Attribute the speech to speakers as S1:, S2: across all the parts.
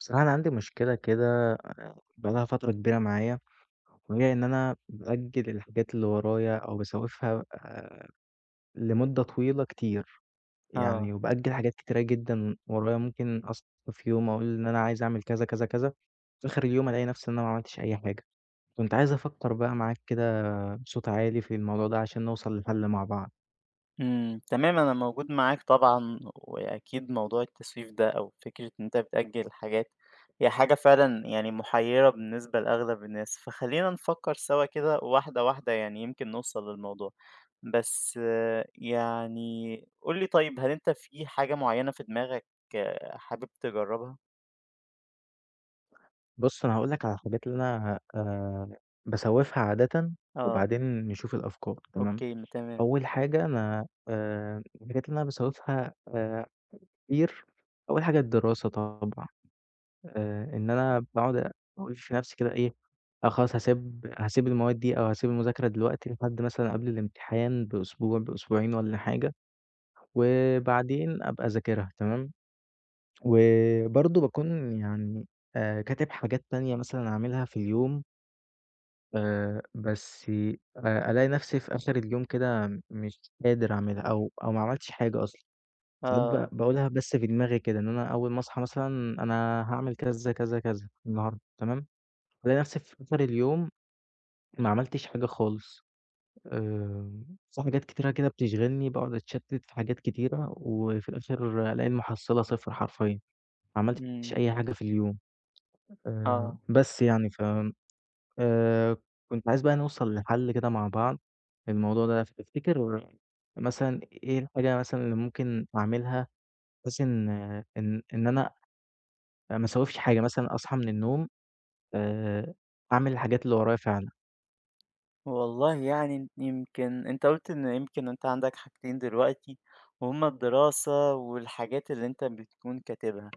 S1: بصراحة أنا عندي مشكلة كده بقى لها فترة كبيرة معايا، وهي إن أنا بأجل الحاجات اللي ورايا أو باسوّفها لمدة طويلة كتير، يعني
S2: آه،
S1: وبأجل حاجات كتيرة جدًا ورايا ممكن أصحى في يوم أقول إن أنا عايز أعمل كذا، كذا، كذا، في آخر اليوم ألاقي نفسي إن أنا ما عملتش أي حاجة. كنت عايز أفكّر بقى معاك كده بصوت عالي في الموضوع ده عشان نوصل لحل مع بعض.
S2: إمم، تمام أنا موجود معاك طبعًا، وأكيد موضوع التسويف ده أو فكرة إن أنت بتأجل حاجات، هي حاجة فعلًا يعني محيرة بالنسبة لأغلب الناس، فخلينا نفكر سوا كده واحدة واحدة يعني يمكن نوصل للموضوع، بس يعني قُل لي طيب هل أنت في حاجة معينة في دماغك حابب تجربها؟
S1: بُص، أنا هاقول لك على الحاجات اللي أنا باسوّفها عادةً
S2: آه،
S1: وبعدين نشوف الأفكار، تمام؟
S2: أوكي، تمام،
S1: أول حاجة أنا الحاجات اللي أنا باسوّفها كتير، أول حاجة الدراسة طبعًا، إن أنا باقعد أقول في نَفْسي كده إيه، خلاص هاسيب المواد دي أو هاسيب المذاكرة دلوقتي لحد مثلًا قبل الامتحان بأسبوع، بأسبوعين والّا حاجة، وبعدين أبقى أذاكرها تمام، وبرضه باكون يعني كاتب حاجات تانية مثلًا أعملها في اليوم بس ألاقي نَفْسي في آخر اليوم كده مش قادر أعملها أو ما عملتش حاجة أصلًا. ساعات
S2: آه،
S1: باقولها بس في دماغي كده، إن أنا أول ما أصحى مثلًا أنا هاعمل كذا، كذا، كذا النهارده تمام، ألاقي نفسي في آخر اليوم ما عملتش حاجة خالص، آآ، في حاجات كتيرة كده بتشغلني، باقعد أتشتت في حاجات كتيرة، وفي الآخر ألاقي المحصلة صفر حرفيًا، ما عملتش أي
S2: إمم،
S1: حاجة في اليوم،
S2: آه.
S1: بس يعني آآ، كنت عايز بقى نوصل لحل كده مع بعض للموضوع ده، فتفتكر مثلًا إيه الحاجة مثلًا اللي ممكن أعملها بحيث إن إن أنا ما اسوّيش حاجة، مثلًا أصحى من النوم آآ، أعمل الحاجات اللي ورايا فعلًا.
S2: والله يعني يمكن أنت قُلت إن يمكن أنت عندك حاجتين دلوقتي وهُم الدراسة والحاجات اللي أنت بتكون كاتبها،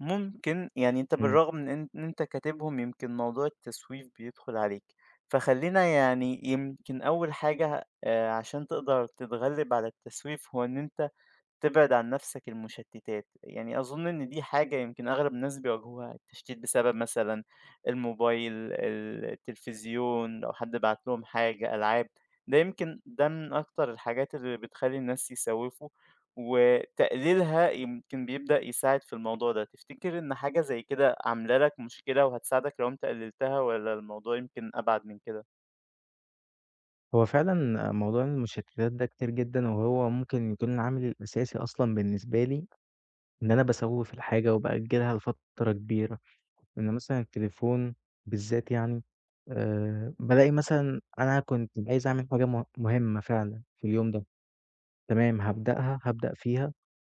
S2: ممكن يعني أنت
S1: إمم،
S2: بالرغم من إن أنت كاتبهم يمكن موضوع التسويف بيدخل عليك، فخلّينا يعني يمكن أول حاجة عشان تقدر تتغلب على التسويف هو إن أنت تبعد عن نفسك المشتتات، يعني أظن إن دي حاجة يمكن أغلب الناس بيواجهوها، التشتيت بسبب مثلًا الموبايل، التلفزيون، لو حد بعت لهم حاجة، ألعاب، ده يمكن ده من أكتر الحاجات اللي بتخلّي الناس يسوّفوا، وتقليلها يمكن بيبدأ يساعد في الموضوع ده، تفتكر إن حاجة زي كده عاملة لك مشكلة وهتساعدك لو أنت قللتها والّا الموضوع يمكن أبعد من كده؟
S1: هو فعلًا موضوع المشتتات ده كتير جدًا، وهو ممكن يكون العامل الأساسي أصلًا بالنسبة لي، إن أنا باسوّف الحاجة وبأجّلها لفترة كبيرة، إن مثلًا التليفون بالذات يعني بالاقي مثلًا أنا كنت عايز أعمل حاجة مهمة فعلًا في اليوم ده، تمام هابدأها، هابدأ فيها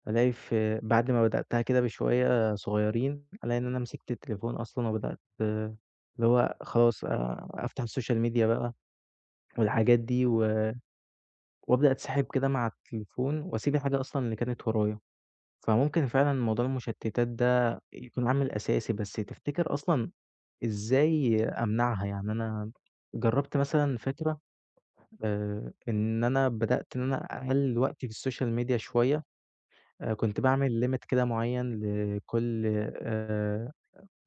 S1: ألاقي في بعد ما بدأتها كده بشوية صغيّرين، ألاقي إن أنا مسكت التليفون أصلًا وبدأت اللي هو خلاص أفتح السوشيال ميديا بقى والحاجات دي وأبدأ أتسحب كده مع التليفون وأسيب الحاجة أصلًا اللي كانت ورايا. فممكن فعلًا موضوع المشتتات ده يكون عامل أساسي، بس تفتكر أصلًا إزاي أمنعها؟ يعني أنا جرّبت مثلًا فكرة إن أنا بدأت إن أنا أقلِّل وقتي في السوشيال ميديا شوية كنت باعمل limit كده معيّن لكل آآ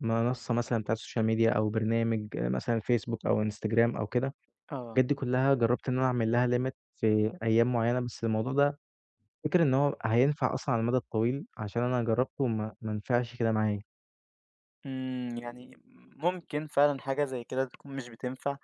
S1: منصة مثلًا بتاعة السوشيال ميديا أو برنامج مثلًا فيسبوك أو إنستجرام أو كده،
S2: آه.
S1: الحاجات دي كلّها جرّبت إن أنا أعمل لها limit في أيام معيّنة، بس الموضوع ده فكرة إن هو هينفع أصلًا على المدى الطويل عشان أنا جرّبته وما ما نفعش كده معايا.
S2: إمم، يعني ممكن فعلًا حاجة زي كده تكون مش بتنفع،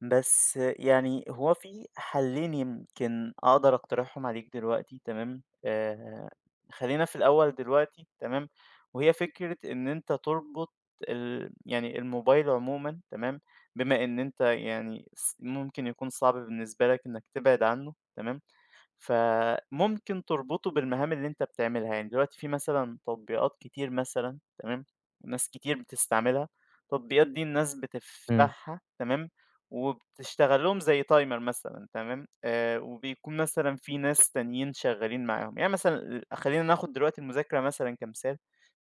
S2: بس يعني هو في حلّين يمكن أقدر أقترحهم عليك دلوقتي تمام، خلّينا في الأول دلوقتي تمام، وهي فكرة إن أنت تربط يعني الموبايل عمومًا تمام، بما إن أنت يعني ممكن يكون صعب بالنسبة لك إنك تبعد عنه تمام، فممكن تربطه بالمهام اللي أنت بتعملها، يعني دلوقتي في مثلًا تطبيقات كتير مثلًا تمام، ناس كتير بتستعملها، التطبيقات دي الناس
S1: إمم،
S2: بتفتحها تمام، وبتشتغل لهم زي timer مثلًا تمام، وبيكون مثلًا في ناس تانيين شغالين معاهم، يعني مثلًا خلّينا ناخد دلوقتي المذاكرة مثلًا كمثال،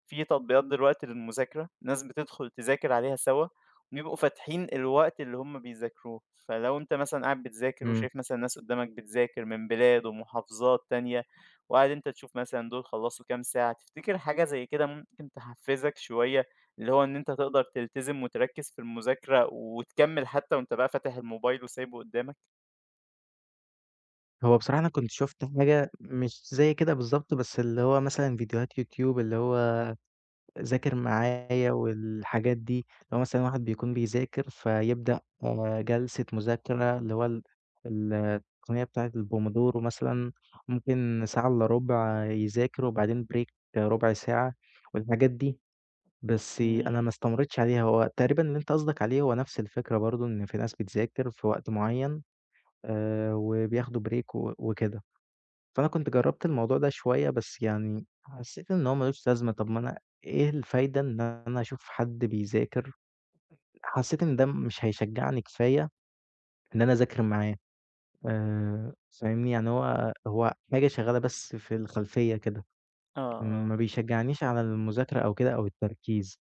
S2: في تطبيقات دلوقتي للمذاكرة، ناس بتدخل تذاكر عليها سوا. بيبقوا فاتحين الوقت اللي هم بيذاكروه، فلو أنت مثلًا قاعد بتذاكر
S1: إمم.
S2: وشايف مثلًا ناس قدّامك بتذاكر من بلاد ومحافظات تانية، وقاعد أنت تشوف مثلًا دول خلّصوا كام ساعة، تفتكر حاجة زي كده ممكن تحفّزك شوية، اللي هو إن أنت تقدر تلتزم وتركّز في المذاكرة وتكمّل حتى وأنت بقى فاتح الموبايل وسايبه قدّامك؟
S1: هو بصراحة أنا كنت شُفت حاجة مش زي كده بالضبط، بس اللي هو مثلًا فيديوهات يوتيوب اللي هو ذاكر معايا والحاجات دي، لو مثلًا واحد بيكون بيذاكر فيبدأ جلسة مذاكرة اللي هو ال التقنية بتاعة الPomodoro مثلًا، ممكن ساعة إلا ربع يذاكر وبعدين break ربع ساعة والحاجات دي، بس أنا ما
S2: إمم،
S1: استمريتش عليها. هو تقريبًا اللي أنت قصدك عليه هو نفس الفكرة برضه، إن في ناس بتذاكر في وقت معين وبياخدوا break وكده. فأنا كنت جرّبت الموضوع ده شوية، بس يعني حسّيت إن هو ما لوش لازمة، طب ما أنا إيه الفايدة إن أنا أشوف حد بيذاكر، حسّيت إن ده مش هيشجّعني كفاية إن أنا أذاكر معاه، آآ فاهمني، يعني هو هو حاجة شغّالة بس في الخلفية كده،
S2: آه، آه،
S1: ما بيشجّعنيش على المذاكرة أو كده أو التركيز،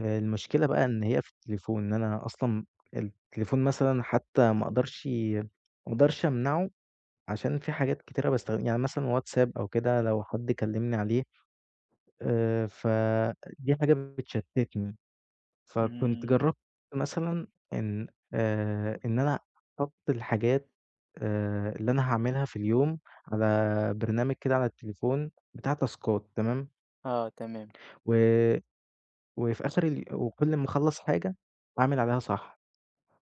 S1: المشكلة بقى إن هي في التليفون، إن أنا أصلًا التليفون مثلًا حتى ما أقدرش أمنعه عشان في حاجات كتيرة باستخد يعني مثلًا واتساب أو كده لو حد كلّمني عليه فدي حاجة بتشتتني، فكنت
S2: إمم،
S1: جرّبت مثلًا إن إن أنا أحُط الحاجات اللي أنا هاعملها في اليوم على برنامج كده على التليفون بتاع تاسكات تمام،
S2: آه تمام،
S1: و وفي آخر وكل ما أخلّص حاجة أعمل عليها صح،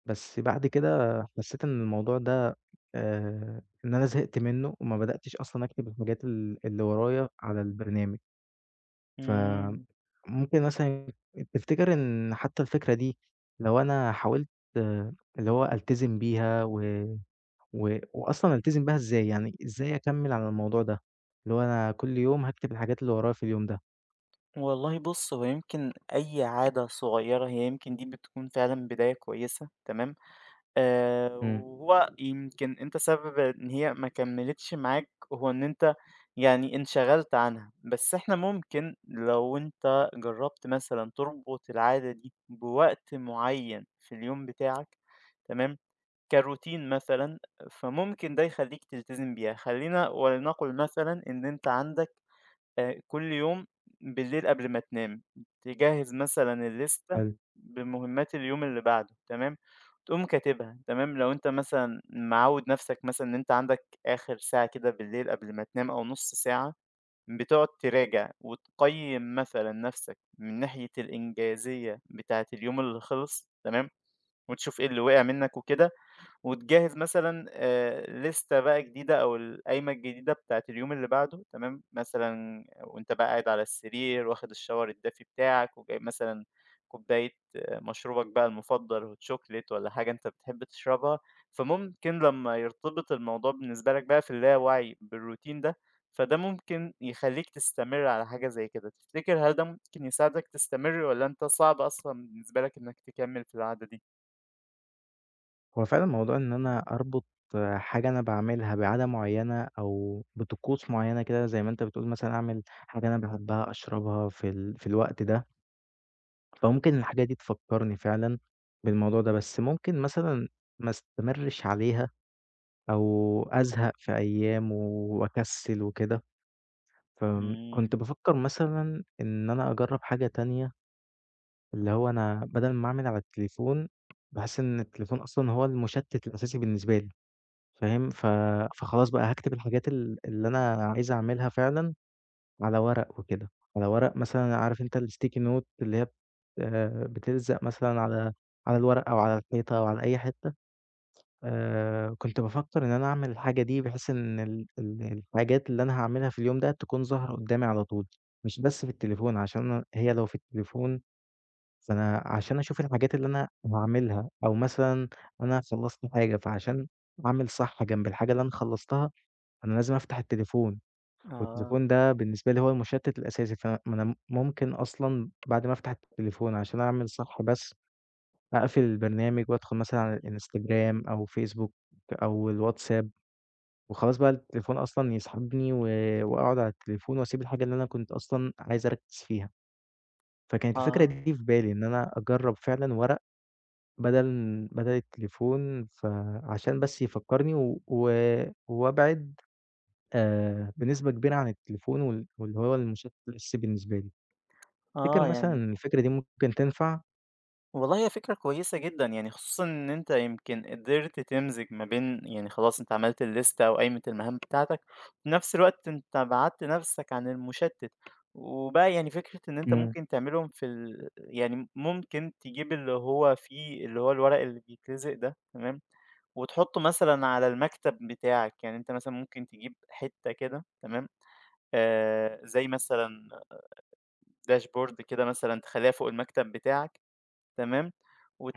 S1: بس بعد كده حسّيت إن الموضوع ده إن أنا زهقت منّه وما بدأتش أصلًا أكتب الحاجات اللي ورايا على البرنامج.
S2: إمم،
S1: فممكن مثلًا تفتكر إن حتى الفكرة دي لو أنا حاولت آه، اللي هو ألتزم بيها و و وأصلًا ألتزم بيها إزاي؟ يعني إزاي أكمّل على الموضوع ده؟ اللي هو أنا كل يوم هاكتب الحاجات اللي ورايا في اليوم ده.
S2: والله بُص هو يمكن أي عادة صغيّرة هي يمكن دي بتكون فعلًا بداية كويسة تمام؟
S1: إمم،
S2: وهو يمكن أنت سبب إن هي ما كمّلتش معاك هو إن أنت يعني انشغلت عنها، بس إحنا ممكن لو أنت جرّبت مثلًا تربط العادة دي بوقت معيّن في اليوم بتاعك تمام، كروتين مثلًا، فممكن ده يخلّيك تلتزم بيها. خلّينا ولنقل مثلًا إن أنت عندك كل يوم بالليل قبل ما تنام تجهّز مثلًا الليستة
S1: حلو.
S2: بمهمات اليوم اللي بعده تمام، تقوم كاتبها تمام، لو أنت مثلًا معوّد نَفْسك مثلًا إن أنت عندك آخر ساعة كده بالليل قبل ما تنام أو نُص ساعة، بتقعد تراجع وتقيّم مثلًا نَفْسك من ناحية الإنجازية بتاعة اليوم اللي خلص تمام، وتشوف إيه اللي وقع منّك وكده. وتجهّز مثلًا لِستة بقى جديدة أو القايمة الجديدة بتاعة اليوم اللي بعده تمام، مثلًا وأنت بقى قاعد على السرير واخد الShower الدافي بتاعك وجايب مثلًا كوباية آه، مشروبك بقى المفضل chocolate والّا حاجة أنت بتحب تشربها، فممكن لمّا يرتبط الموضوع بالنسبة لك بقى في اللاوعي بالroutine ده، فده ممكن يخلّيك تستمر على حاجة زي كده، تفتكر هل ده ممكن يساعدك تستمر والّا أنت صعب أصلًا بالنسبة لك إنك تكمّل في العادة دي؟
S1: هو فعلًا موضوع إن أنا أربط حاجة أنا باعملها بعادة معيّنة أو بطقوس معيّنة كده زي ما أنت بتقول مثلًا أعمل حاجة أنا باحبها، أشربها في في الوقت ده. فممكن الحاجة دي تفكّرني فعلًا بالموضوع ده، بس ممكن مثلًا ما استمرّش عليها أو أزهق في أيام وأكسّل وكده،
S2: إمم،
S1: كنت بافكّر مثلًا إن أنا أجرّب حاجة تانية، اللي هو أنا بدل ما أعمل على التليفون، باحس إن التليفون أصلًا هو المُشتِّت الأساسي بالنسبة لي، فاهم؟ فخلاص بقى هاكتب الحاجات اللي أنا عايز أعملها فعلًا على ورق وكده، على ورق مثلًا عارف أنت الsticky note اللي هي بتلزق مثلًا على الورق أو على الحيطة أو على أي حتة، كنت بافكر إن أنا أعمل الحاجة دي بحيث إن ال الحاجات اللي أنا هاعملها في اليوم ده تكون ظاهرة قدامي على طول، مش بس في التليفون عشان أنا هي لو في التليفون فأنا عشان أشوف الحاجات اللي أنا هاعملها أو مثلًا أنا خلّصت حاجة، فعشان أعمل صح جنب الحاجة اللي أنا خلّصتها، أنا لازم أفتح التليفون.
S2: آه،
S1: والتليفون ده بالنسبة لي هو المشتت الأساسي، فما أنا ممكن أصلًا بعد ما أفتح التليفون عشان أعمل صح بس، أقفل البرنامج وأدخل مثلًا على الإنستجرام أو فيسبوك أو الواتساب، وخلاص بقى التليفون أصلًا يسحبني وأقعد على التليفون وأسيب الحاجة اللي أنا كنت أصلًا عايز أركّز فيها. فكانت الفكرة
S2: آه.
S1: دي في بالي إن أنا أجرّب فعلًا ورق بدل بدل التليفون، فعشان بس يفكّرني و و وأبعد بنسبة كبيرة عن التليفون واللي هو المشتت الأساسي بالنسبة لي. تفتكر
S2: آه،
S1: مثلًا
S2: يعني
S1: إن الفكرة دي ممكن تنفع؟
S2: والله هي فكرة كويسة جدًا، يعني خصوصًا إن أنت يمكن قدرت تمزج ما بين يعني خلاص أنت عملت الليستة أو قايمة المهام بتاعتك، في نفس الوقت أنت بعدت نفسك عن المُشتِّت، وبقى يعني فكرة إن أنت
S1: إمم،
S2: ممكن تعملهم في يعني ممكن تجيب اللي هو فيه اللي هو الورق اللي بيتلزق ده تمام، وتحطه مثلًا على المكتب بتاعك، يعني أنت مثلًا ممكن تجيب حتة كده تمام، زي مثلًا dashboard كده مثلًا تخلّيها فوق المكتب بتاعك. تمام،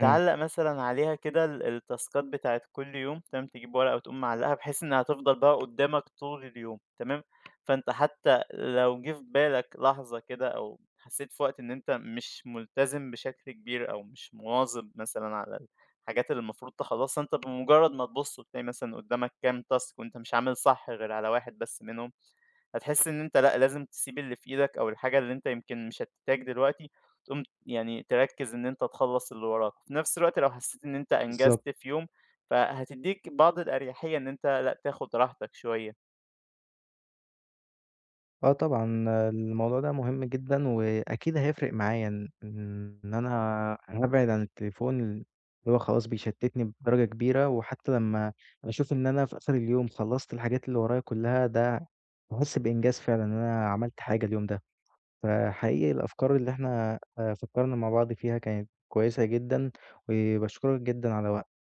S1: إمم،
S2: مثلًا عليها كده التاسكات بتاعة كل يوم، تمام، تجيب ورقة وتقوم معلّقها بحيث إنها تفضل بقى قدّامك طول اليوم، تمام، فأنت حتى لو جه في بالك لحظة كده أو حسّيت في وقت إن أنت مش ملتزم بشكل كبير أو مش مواظب مثلًا على الحاجات اللي المفروض تخلّصها، أنت بمجرّد ما تبُص وتلاقي مثلًا قدّامك كام تاسك وأنت مش عامل صح غير على واحد بس منهم، هتحس إن أنت لأ، لازم تسيب اللي في إيدك أو الحاجة اللي أنت يمكن مش هتحتاج دلوقتي، تقوم يعني تركّز إن أنت تخلّص اللي وراك، وفي نفس الوقت لو حسيت إن أنت
S1: بالضبط.
S2: أنجزت في يوم، فهتدّيك بعض الأريحية إن أنت لأ، تاخد راحتك شوية.
S1: آه طبعًا الموضوع ده مهم جدًا، وأكيد هيفرق معايا إن أنا هابعد عن التليفون اللي هو خلاص بيشتتني بدرجة كبيرة، وحتى لمّا أشوف إن أنا في آخر اليوم خلّصت الحاجات اللي ورايا كلّها، ده باحس بإنجاز فعلًا إن أنا عملت حاجة اليوم ده. فحقيقي الأفكار اللي إحنا فكّرنا مع بعض فيها كانت كويسة جدًا، وباشكرك جدًا على وقتك.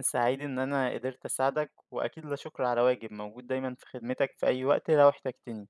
S2: سعيد إن أنا قدرت أساعدك، وأكيد لا شكر على واجب، موجود دايمًا في خدمتك في أي وقت لو احتجتني.